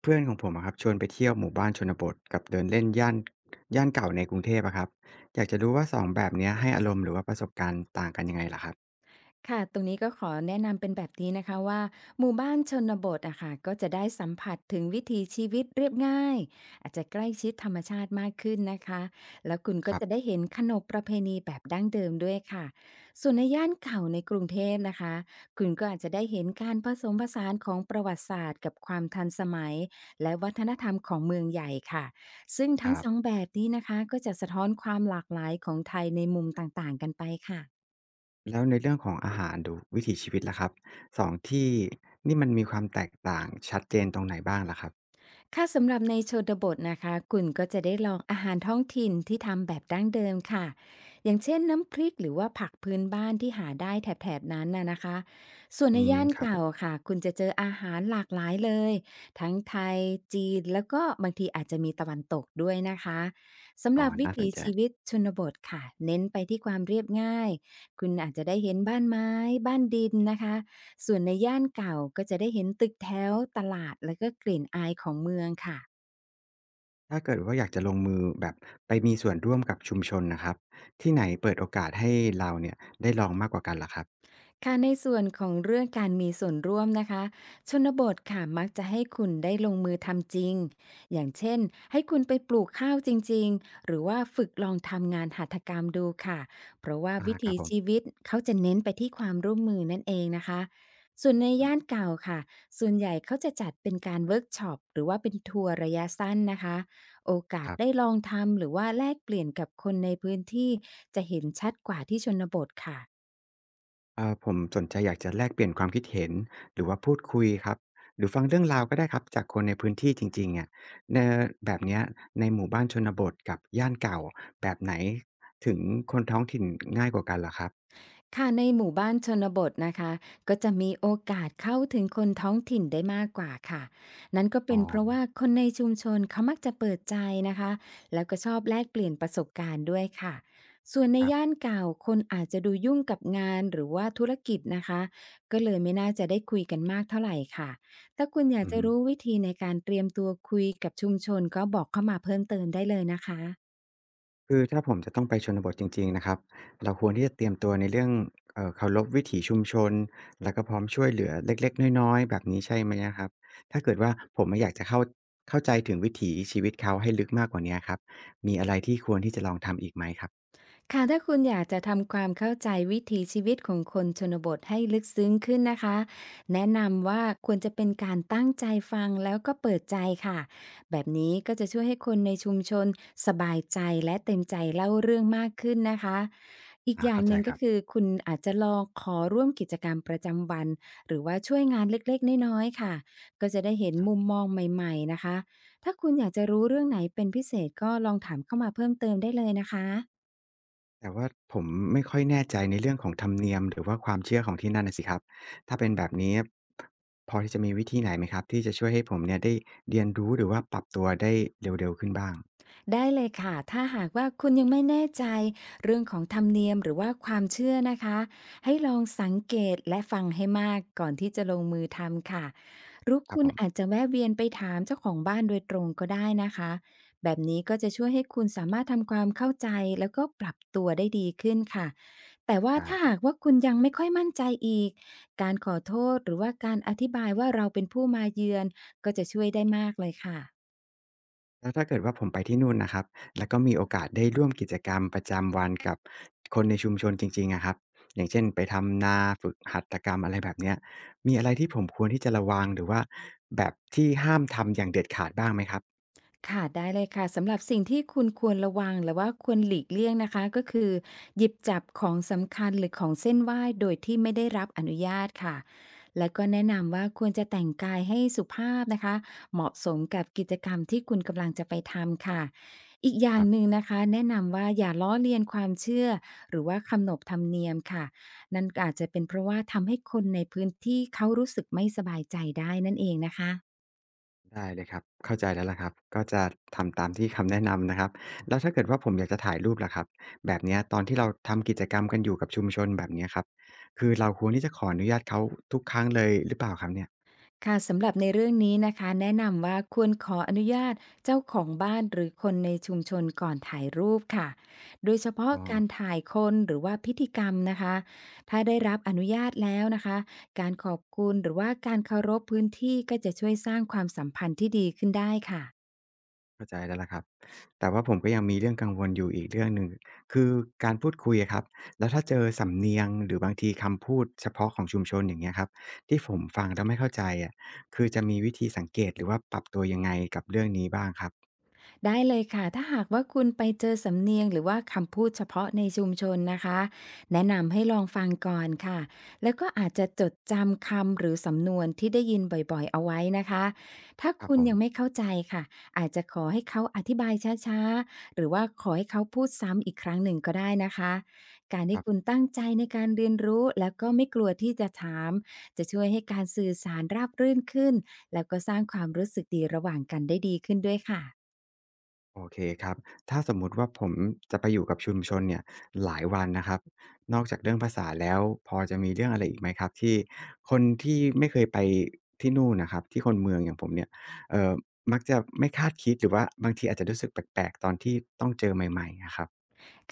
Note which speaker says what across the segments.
Speaker 1: เพื่อนของผมอะครับชวนไปเที่ยวหมู่บ้านชนบทกับเดินเล่นย่านเก่าในกรุงเทพอะครับอยากจะรู้ว่าสองแบบเนี้ยให้อารมณ์หรือว่าประสบการณ์ต่างกันยังไงล่ะครับ
Speaker 2: ค่ะตรงนี้ก็ขอแนะนำเป็นแบบนี้นะคะว่าหมู่บ้านชนบทอะค่ะก็จะได้สัมผัสถึงวิถีชีวิตเรียบง่ายอาจจะใกล้ชิดธรรมชาติมากขึ้นนะคะแล้วคุณ
Speaker 1: ค
Speaker 2: ก็
Speaker 1: รั
Speaker 2: จะได้
Speaker 1: บ
Speaker 2: เห็นขนบประเพณีแบบดั้งเดิมด้วยค่ะส่วนในย่านเก่าในกรุงเทพนะคะคุณก็อาจจะได้เห็นการผสมผสานของประวัติศาสตร์กับความทันสมัยและวัฒนธรรมของเมืองใหญ่ค่ะซึ่ง
Speaker 1: ค
Speaker 2: ทั้ง
Speaker 1: รั
Speaker 2: สอง
Speaker 1: บ
Speaker 2: แบบนี้นะคะก็จะสะท้อนความหลากหลายของไทยในมุมต่างๆกันไปค่ะ
Speaker 1: แล้วในเรื่องของอาหารดูวิถีชีวิตล่ะครับสองที่นี่มันมีความแตกต่างชัดเจนตรงไหนบ้างล่ะครับ
Speaker 2: ค่ะสำหรับในชนบทนะคะคุณก็จะได้ลองอาหารท้องถิ่นที่ทำแบบดั้งเดิมค่ะอย่างเช่นน้ำพริกหรือว่าผักพื้นบ้านที่หาได้แถบๆนั้นน่ะนะคะส่วน
Speaker 1: อื
Speaker 2: ใน
Speaker 1: ม
Speaker 2: ย่าน
Speaker 1: ครับผ
Speaker 2: เก่า
Speaker 1: ม
Speaker 2: ค่ะคุณจะเจออาหารหลากหลายเลยทั้งไทยจีนแล้วก็บางทีอาจจะมีตะวันตกด้วยนะคะสำ
Speaker 1: อ๋
Speaker 2: ห
Speaker 1: อ
Speaker 2: รับวิ
Speaker 1: น่าส
Speaker 2: ถี
Speaker 1: นใจ
Speaker 2: ชีวิตชนบทค่ะเน้นไปที่ความเรียบง่ายคุณอาจจะได้เห็นบ้านไม้บ้านดินนะคะ ส่วนในย่านเก่าก็จะได้เห็นตึกแถวตลาดและก็กลิ่นอายของเมืองค่ะ
Speaker 1: ถ้าเกิดว่าอยากจะลงมือแบบไปมีส่วนร่วมกับชุมชนนะครับที่ไหนเปิดโอกาสให้เราเนี่ยได้ลองมากกว่ากันล่ะครับ
Speaker 2: ค่ะในส่วนของเรื่องการมีส่วนร่วมนะคะชนบทค่ะมักจะให้คุณได้ลงมือทำจริงอย่างเช่นให้คุณไปปลูกข้าวจริงๆหรือว่าฝึกลองทำงานหัตถกรรมดูค่ะเพราะว่า
Speaker 1: อ่า
Speaker 2: วิ
Speaker 1: ครั
Speaker 2: ถี
Speaker 1: บผ
Speaker 2: ชี
Speaker 1: ม
Speaker 2: วิตเขาจะเน้นไปที่ความร่วมมือนั่นเองนะคะส่วนใน
Speaker 1: อืม
Speaker 2: ย่านเก่าค่ะส่วนใหญ่เขาจะจัดเป็นการเวิร์กช็อปหรือว่าเป็นทัวร์ระยะสั้นนะคะโอกาส
Speaker 1: ครั
Speaker 2: ได้
Speaker 1: บ
Speaker 2: ลองทำหรือว่าแลกเปลี่ยนกับคนในพื้นที่จะเห็นชัดกว่าที่ชนบทค่ะ
Speaker 1: ผมสนใจอยากจะแลกเปลี่ยนความคิดเห็นหรือว่าพูดคุยครับหรือฟังเรื่องราวก็ได้ครับจากคนในพื้นที่จริงๆอะเอ่อแบบเนี้ยในหมู่บ้านชนบทกับย่านเก่าแบบไหนถึงคนท้องถิ่นง่ายกว่ากันเหรอครับ
Speaker 2: ค่ะในหมู่บ้านชนบทนะคะก็จะมีโอกาสเข้าถึงคนท้องถิ่นได้มากกว่าค่ะนั่นก็
Speaker 1: อ๋อ
Speaker 2: เป็นเพราะว่าคนในชุมชนเขามักจะเปิดใจนะคะแล้วก็ชอบแลกเปลี่ยนประสบการณ์ด้วยค่ะส่วนใน
Speaker 1: ครับ
Speaker 2: ย่านเก่าคนอาจจะดูยุ่งกับงานหรือว่าธุรกิจนะคะก็เลยไม่น่าจะได้คุยกันมากเท่าไหร่ค่ะถ้าคุณอยาก
Speaker 1: อือ
Speaker 2: จะ
Speaker 1: ฮึ
Speaker 2: รู้วิธีในการเตรียมตัวคุยกับชุมชนก็บอกเข้ามาเพิ่มเติมได้เลยนะคะ
Speaker 1: คือถ้าผมจะต้องไปชนบทจริงๆนะครับเราควรที่จะเตรียมตัวในเรื่องเคารพวิถีชุมชนแล้วก็พร้อมช่วยเหลือเล็กๆน้อยๆแบบนี้ใช่ไหมอะครับถ้าเกิดว่าผมอะอยากจะเข้าใจถึงวิถีชีวิตเขาให้ลึกมากกว่าเนี้ยครับมีอะไรที่ควรที่จะลองทำอีกไหมครับ
Speaker 2: ค่ะถ้าคุณอยากจะทำความเข้าใจวิถีชีวิตของคนชนบทให้ลึกซึ้งขึ้นนะคะแนะนำว่าควรจะเป็นการตั้งใจฟังแล้วก็เปิดใจค่ะแบบนี้ก็จะช่วยให้คนในชุมชนสบายใจและเต็มใจเล่าเรื่องมากขึ้นนะคะอีก
Speaker 1: อา
Speaker 2: อย่าง
Speaker 1: เข้า
Speaker 2: ห
Speaker 1: ใจ
Speaker 2: นึ่ง
Speaker 1: ค
Speaker 2: ก็
Speaker 1: รับ
Speaker 2: คือคุณอาจจะลองขอร่วมกิจกรรมประจำวันหรือว่าช่วยงานเล็กๆน้อยๆค่ะก็จะได้เห็น
Speaker 1: ครั
Speaker 2: มุม
Speaker 1: บ
Speaker 2: มองใหม่ๆนะคะถ้าคุณอยากจะรู้เรื่องไหนเป็นพิเศษก็ลองถามเข้ามาเพิ่มเติมได้เลยนะคะ
Speaker 1: แต่ว่าผมไม่ค่อยแน่ใจในเรื่องของธรรมเนียมหรือว่าความเชื่อของที่นั่นน่ะสิครับถ้าเป็นแบบนี้พอที่จะมีวิธีไหนไหมครับที่จะช่วยให้ผมเนี่ยได้เรียนรู้หรือว่าปรับตัวได้เร็วๆขึ้นบ้าง
Speaker 2: ได้เลยค่ะถ้าหากว่าคุณยังไม่แน่ใจเรื่องของธรรมเนียมหรือว่าความเชื่อนะคะให้ลองสังเกตและฟังให้มากก่อนที่จะลงมือทำค่ะหรือ
Speaker 1: ครับ
Speaker 2: คุ
Speaker 1: ผ
Speaker 2: ณ
Speaker 1: ม
Speaker 2: อาจจะแวะเวียนไปถามเจ้าของบ้านโดยตรงก็ได้นะคะแบบนี้ก็จะช่วยให้คุณสามารถทำความเข้าใจแล้วก็ปรับตัวได้ดีขึ้นค่ะแต่ว่า
Speaker 1: ได้
Speaker 2: ถ้า
Speaker 1: ครับ
Speaker 2: หากว่าคุณยังไม่ค่อยมั่นใจอีก การขอโทษหรือว่าการอธิบายว่าเราเป็นผู้มาเยือนก็จะช่วยได้มากเลยค่ะ
Speaker 1: แล้วถ้าเกิดว่าผมไปที่นู่นนะครับแล้วก็มีโอกาสได้ร่วมกิจกรรมประจำวันกับคนในชุมชนจริงๆอะครับอย่างเช่นไปทำนาฝึกหัตถกรรมอะไรแบบเนี้ยมีอะไรที่ผมควรที่จะระวังหรือว่าแบบที่ห้ามทำอย่างเด็ดขาดบ้างไหมครับ
Speaker 2: ค่ะได้เลยค่ะสำหรับสิ่งที่คุณควรระวังหรือว่าควรหลีกเลี่ยงนะคะก็คือหยิบจับของสำคัญหรือของเส้นไหว้โดยที่ไม่ได้รับอนุญาตค่ะแล้วก็แนะนำว่าควรจะแต่งกายให้สุภาพนะคะเหมาะสมกับกิจกรรมที่คุณกำลังจะไปทำค่ะอีกอย่า
Speaker 1: ค
Speaker 2: ง
Speaker 1: รั
Speaker 2: ห
Speaker 1: บ
Speaker 2: นึ่งนะคะแนะนำว่าอย่าล้อเลียนความเชื่อหรือว่าคำนบธรรมเนียมค่ะนั่นก็อาจจะเป็นเพราะว่าทำให้คนในพื้นที่เขารู้สึกไม่สบายใจได้นั่นเองนะคะ
Speaker 1: ได้เลยครับเข้าใจแล้วล่ะครับก็จะทำตามที่คำแนะนำนะครับแล้วถ้าเกิดว่าผมอยากจะถ่ายรูปล่ะครับแบบเนี้ยตอนที่เราทำกิจกรรมกันอยู่กับชุมชนแบบเนี้ยครับคือเราควรที่จะขออนุญาตเขาทุกครั้งเลยหรือเปล่าครับเนี่ย
Speaker 2: ค่ะสำหรับในเรื่องนี้นะคะแนะนำว่าควรขออนุญาตเจ้าของบ้านหรือคนในชุมชนก่อนถ่ายรูปค่ะโดยเฉพาะ
Speaker 1: อ๋อ
Speaker 2: การถ่ายคนหรือว่าพิธีกรรมนะคะถ้าได้รับอนุญาตแล้วนะคะการขอบคุณหรือว่าการเคารพพื้นที่ก็จะช่วยสร้างความสัมพันธ์ที่ดีขึ้นได้ค่ะ
Speaker 1: เข้าใจแล้วล่ะครับแต่ว่าผมก็ยังมีเรื่องกังวลอยู่อีกเรื่องหนึ่งคือการพูดคุยอะครับแล้วถ้าเจอสำเนียงหรือบางทีคำพูดเฉพาะของชุมชนอย่างเงี้ยครับที่ผมฟังแล้วไม่เข้าใจอะคือจะมีวิธีสังเกตหรือว่าปรับตัวยังไงกับเรื่องนี้บ้างครับ
Speaker 2: ได้เลยค่ะ ถ้าหากว่าคุณไปเจอสำเนียงหรือว่าคำพูดเฉพาะในชุมชนนะคะแนะนำให้ลองฟังก่อนค่ะแล้วก็อาจจะจดจำคำหรือสำนวนที่ได้ยินบ่อยๆเอาไว้นะคะถ้า
Speaker 1: ครับ
Speaker 2: คุ
Speaker 1: ผ
Speaker 2: ณ
Speaker 1: ม
Speaker 2: ยังไม่เข้าใจค่ะอาจจะขอให้เขาอธิบายช้าๆหรือว่าขอให้เขาพูดซ้ำอีกครั้งหนึ่งก็ได้นะคะการ
Speaker 1: ค
Speaker 2: ที่
Speaker 1: รั
Speaker 2: คุณ
Speaker 1: บ
Speaker 2: ตั้งใจในการเรียนรู้แล้วก็ไม่กลัวที่จะถามจะช่วยให้การสื่อสารราบรื่นขึ้นแล้วก็สร้างความรู้สึกดีระหว่างกันได้ดีขึ้นด้วยค่ะ
Speaker 1: โอเคครับถ้าสมมุติว่าผมจะไปอยู่กับชุมชนเนี่ยหลายวันนะครับนอกจากเรื่องภาษาแล้วพอจะมีเรื่องอะไรอีกไหมครับที่คนที่ไม่เคยไปที่นู่นนะครับที่คนเมืองอย่างผมเนี่ยเอ่อมักจะไม่คาดคิดหรือว่าบางทีอาจจะรู้สึกแปลกๆตอนที่ต้องเจอใหม่ๆอะครับ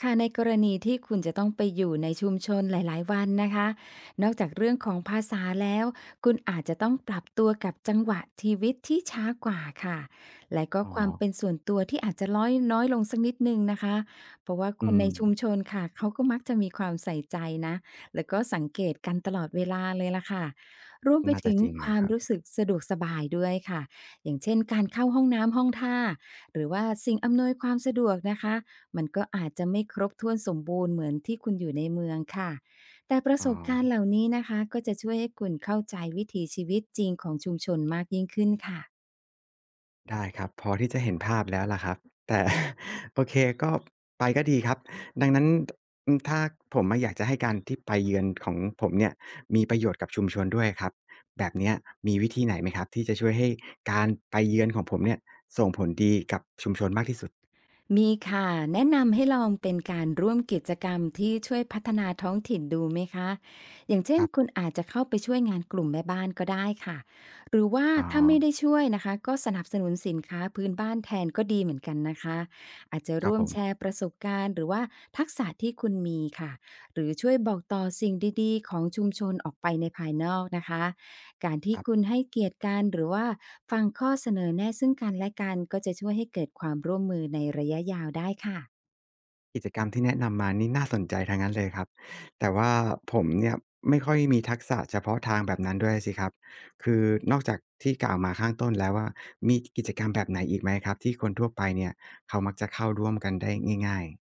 Speaker 2: ค่ะในกรณีที่คุณจะต้องไปอยู่ในชุมชนหลายๆวันนะคะนอกจากเรื่องของภาษาแล้วคุณอาจจะต้องปรับตัวกับจังหวะชีวิตที่ช้ากว่าค่ะและก็
Speaker 1: อ๋อ
Speaker 2: ความเป็นส่วนตัวที่อาจจะน้อยน้อยลงสักนิดหนึ่งนะคะเพราะว่า
Speaker 1: อื
Speaker 2: คนในชุมช
Speaker 1: ม
Speaker 2: นค่ะเขาก็มักจะมีความใส่ใจนะแล้วก็สังเกตกันตลอดเวลาเลยล่ะค่ะรวมไป
Speaker 1: น่าจะ
Speaker 2: ถึง
Speaker 1: จริง
Speaker 2: ค
Speaker 1: อะ
Speaker 2: วา
Speaker 1: ค
Speaker 2: ม
Speaker 1: รับ
Speaker 2: รู้สึกสะดวกสบายด้วยค่ะอย่างเช่นการเข้าห้องน้ำห้องท่าหรือว่าสิ่งอำนวยความสะดวกนะคะ มันก็อาจจะไม่ครบถ้วนสมบูรณ์เหมือนที่คุณอยู่ในเมืองค่ะ แต่ประ
Speaker 1: อ๋
Speaker 2: สบการณ์เห
Speaker 1: อ
Speaker 2: ล่านี้นะคะก็จะช่วยให้คุณเข้าใจวิถีชีวิตจริงของชุมชนมากยิ่งขึ้นค่ะ
Speaker 1: ได้ครับพอที่จะเห็นภาพแล้วล่ะครับแต่ โอเคก็ไปก็ดีครับดังนั้นอืมถ้าผมออยากจะให้การที่ไปเยือนของผมเนี่ยมีประโยชน์กับชุมชนด้วยครับแบบเนี้ยมีวิธีไหนไหมครับที่จะช่วยให้การไปเยือนของผมเนี่ยส่งผลดีกับชุมชนมากที่สุด
Speaker 2: มีค่ะแนะนำให้ลองเป็นการร่วมกิจกรรมที่ช่วยพัฒนาท้องถิ่นดูไหมคะอย่างเช่
Speaker 1: ค
Speaker 2: น
Speaker 1: รั
Speaker 2: คุณ
Speaker 1: บ
Speaker 2: อาจจะเข้าไปช่วยงานกลุ่มแม่บ้านก็ได้ค่ะหรือว่า
Speaker 1: อ๋อ
Speaker 2: ถ้าไม่ได้ช่วยนะคะก็สนับสนุนสินค้าพื้นบ้านแทนก็ดีเหมือนกันนะคะอาจจะ
Speaker 1: ครับ
Speaker 2: ร่ว
Speaker 1: ผ
Speaker 2: ม
Speaker 1: ม
Speaker 2: แชร์ประสบการณ์หรือว่าทักษะที่คุณมีค่ะหรือช่วยบอกต่อสิ่งดีๆของชุมชนออกไปในภายนอกนะคะ การ
Speaker 1: ค
Speaker 2: ที่
Speaker 1: รั
Speaker 2: คุ
Speaker 1: บ
Speaker 2: ณให้เกียรติกันหรือว่าฟังข้อเสนอแนะซึ่งกันและกันก็จะช่วยให้เกิดความร่วมมือในระยะยาวได้ค่ะ
Speaker 1: กิจกรรมที่แนะนำมานี่น่าสนใจทั้งนั้นเลยครับแต่ว่าผมเนี่ยไม่ค่อยมีทักษะเฉพาะทางแบบนั้นด้วยสิครับคือนอกจากที่กล่าวมาข้างต้นแล้วว่ามีกิจกรรมแบบไหนอีกไหมครับที่คนทั่วไปเนี่ยเขามักจะเข้าร่วมกันได้ง่ายๆ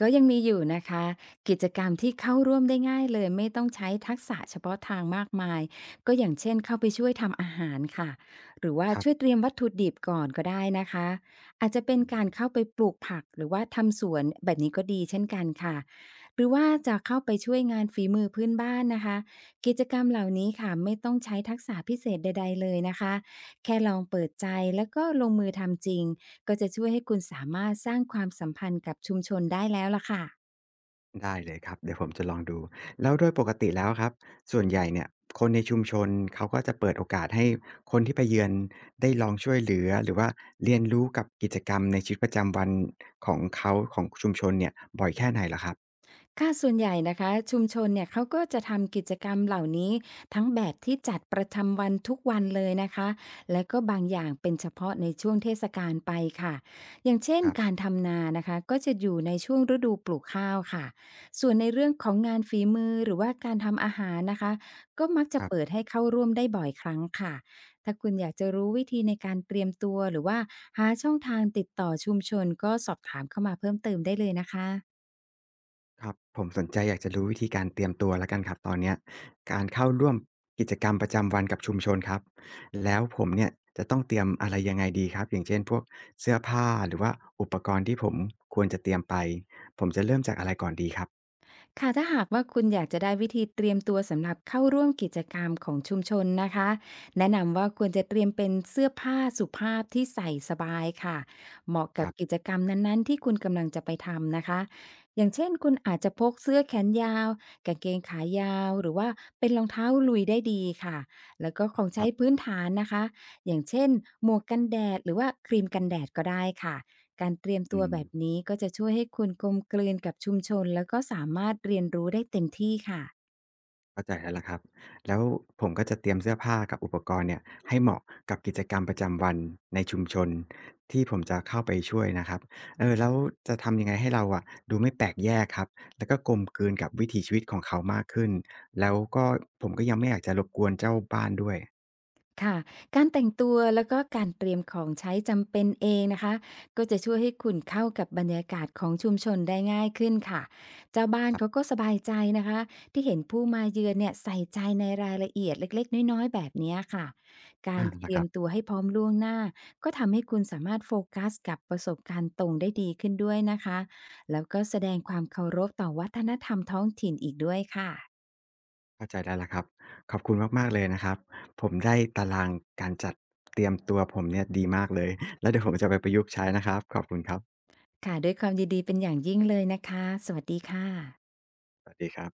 Speaker 2: ก็ยังมีอยู่นะคะกิจกรรมที่เข้าร่วมได้ง่ายเลยไม่ต้องใช้ทักษะเฉพาะทางมากมายก็อย่างเช่นเข้าไปช่วยทำอาหารค่ะหรือว่า
Speaker 1: ค
Speaker 2: ช่วย
Speaker 1: รั
Speaker 2: เตรียมวัตถุดิบก่อนก็ได้นะคะอาจจะเป็น
Speaker 1: บ
Speaker 2: การเข้าไปปลูกผักหรือว่าทำสวนแบบนี้ก็ดีเช่นกันค่ะหรือว่าจะเข้าไปช่วยงานฝีมือพื้นบ้านนะคะกิจกรรมเหล่านี้ค่ะไม่ต้องใช้ทักษะพิเศษใดๆเลยนะคะแค่ลองเปิดใจแล้วก็ลงมือทำจริง ก็จะช่วยให้คุณสามารถสร้างความสัมพันธ์กับชุมชนได้แล้วล่ะค่ะ
Speaker 1: ได้เลยครับเดี๋ยวผมจะลองดูแล้วโดยปกติแล้วครับส่วนใหญ่เนี่ยคนในชุมชนเขาก็จะเปิดโอกาสให้คนที่ไปเยือนได้ลองช่วยเหลือหรือว่าเรียนรู้กับกิจกรรมในชีวิตประจำวันของเขาของชุมชนเนี่ยบ่อยแค่ไหนล่ะครับ
Speaker 2: ค่ะส่วนใหญ่นะคะชุมชนเนี่ยเขาก็จะทำกิจกรรมเหล่านี้ทั้งแบบที่จัดประจำวันทุกวันเลยนะคะและก็บางอย่างเป็นเฉพาะในช่วงเทศกาลไปค่ะอย่างเช่น
Speaker 1: ค
Speaker 2: กา
Speaker 1: ร
Speaker 2: รทำนานะคะก็จะอยู่ในช่วงฤดูปลูกข้าวค่ะส่วนในเรื่องของงานฝีมือหรือว่าการทำอาหารนะคะก็มักจะ
Speaker 1: ับ
Speaker 2: เปิดให้เข้าร่วมได้บ่อยครั้งค่ะถ้าคุณอยากจะรู้วิธีในการเตรียมตัวหรือว่าหาช่องทางติดต่อชุมชนก็สอบถามเข้ามาเพิ่มเติมได้เลยนะคะ
Speaker 1: ครับผมสนใจอยากจะรู้วิธีการเตรียมตัวแล้วกันครับตอนเนี้ยการเข้าร่วมกิจกรรมประจำวันกับชุมชนครับแล้วผมเนี่ยจะต้องเตรียมอะไรยังไงดีครับอย่างเช่นพวกเสื้อผ้าหรือว่าอุปกรณ์ที่ผมควรจะเตรียมไปผมจะเริ่มจากอะไรก่อนดีครับ
Speaker 2: ค่ะถ้าหากว่าคุณอยากจะได้วิธีเตรียมตัวสำหรับเข้าร่วมกิจกรรมของชุมชนนะคะแนะนำว่าควรจะเตรียมเป็นเสื้อผ้าสุภาพที่ใส่สบายค่ะเหมาะ
Speaker 1: ค
Speaker 2: กับ
Speaker 1: รั
Speaker 2: กิ
Speaker 1: บ
Speaker 2: จกรรมนั้นๆที่คุณกำลังจะไปทำนะคะอย่างเช่นคุณอาจจะพกเสื้อแขนยาวกางเกงขายาวหรือว่าเป็นรองเท้าลุยได้ดีค่ะแล้วก็ของ
Speaker 1: ค
Speaker 2: ใช้
Speaker 1: รับ
Speaker 2: พื้นฐานนะคะอย่างเช่นหมวกกันแดดหรือว่าครีมกันแดดก็ได้ค่ะ การเตรียม
Speaker 1: อื
Speaker 2: ตัว
Speaker 1: ม
Speaker 2: แบบนี้ก็จะช่วยให้คุณกลมกลืนกับชุมชนแล้วก็สามารถเรียนรู้ได้เต็มที่ค่ะ
Speaker 1: เข้าใจแล้วล่ะครับแล้วผมก็จะเตรียมเสื้อผ้ากับอุปกรณ์เนี่ยให้เหมาะกับกิจกรรมประจำวันในชุมชนที่ผมจะเข้าไปช่วยนะครับเออแล้วจะทำยังไงให้เราอะดูไม่แปลกแยกครับแล้วก็กลมกลืนกับวิถีชีวิตของเขามากขึ้นแล้วก็ผมก็ยังไม่อยากจะรบกวนเจ้าบ้านด้วย
Speaker 2: ค่ะการแต่งตัวแล้วก็การเตรียมของใช้จำเป็นเองนะคะก็จะช่วยให้คุณเข้ากับบรรยากาศของชุมชนได้ง่ายขึ้นค่ะเจ้าบ้าน
Speaker 1: ครั
Speaker 2: เขา
Speaker 1: บ
Speaker 2: ก็สบายใจนะคะที่เห็นผู้มาเยือนเนี่ยใส่ใจในรายละเอียดเล็กๆน้อยๆแบบเนี้ยค่ะการ
Speaker 1: อา
Speaker 2: เต
Speaker 1: ล่ะค
Speaker 2: รีย
Speaker 1: รั
Speaker 2: ม
Speaker 1: บ
Speaker 2: ตัวให้พร้อมล่วงหน้าก็ทำให้คุณสามารถโฟกัสกับประสบการณ์ตรงได้ดีขึ้นด้วยนะคะแล้วก็แสดงความเคารพต่อวัฒนธรรมท้องถิ่นอีกด้วยค่ะ
Speaker 1: เข้าใจได้แล้วครับขอบคุณมากๆเลยนะครับผมได้ตารางการจัดเตรียมตัวผมเนี่ยดีมากเลยแล้วเดี๋ยวผมจะไปประยุกต์ใช้นะครับขอบคุณครับ
Speaker 2: ค่ะด้วยความยินดีเป็นอย่างยิ่งเลยนะคะสวัสดีค่ะ
Speaker 1: สวัสดีครับ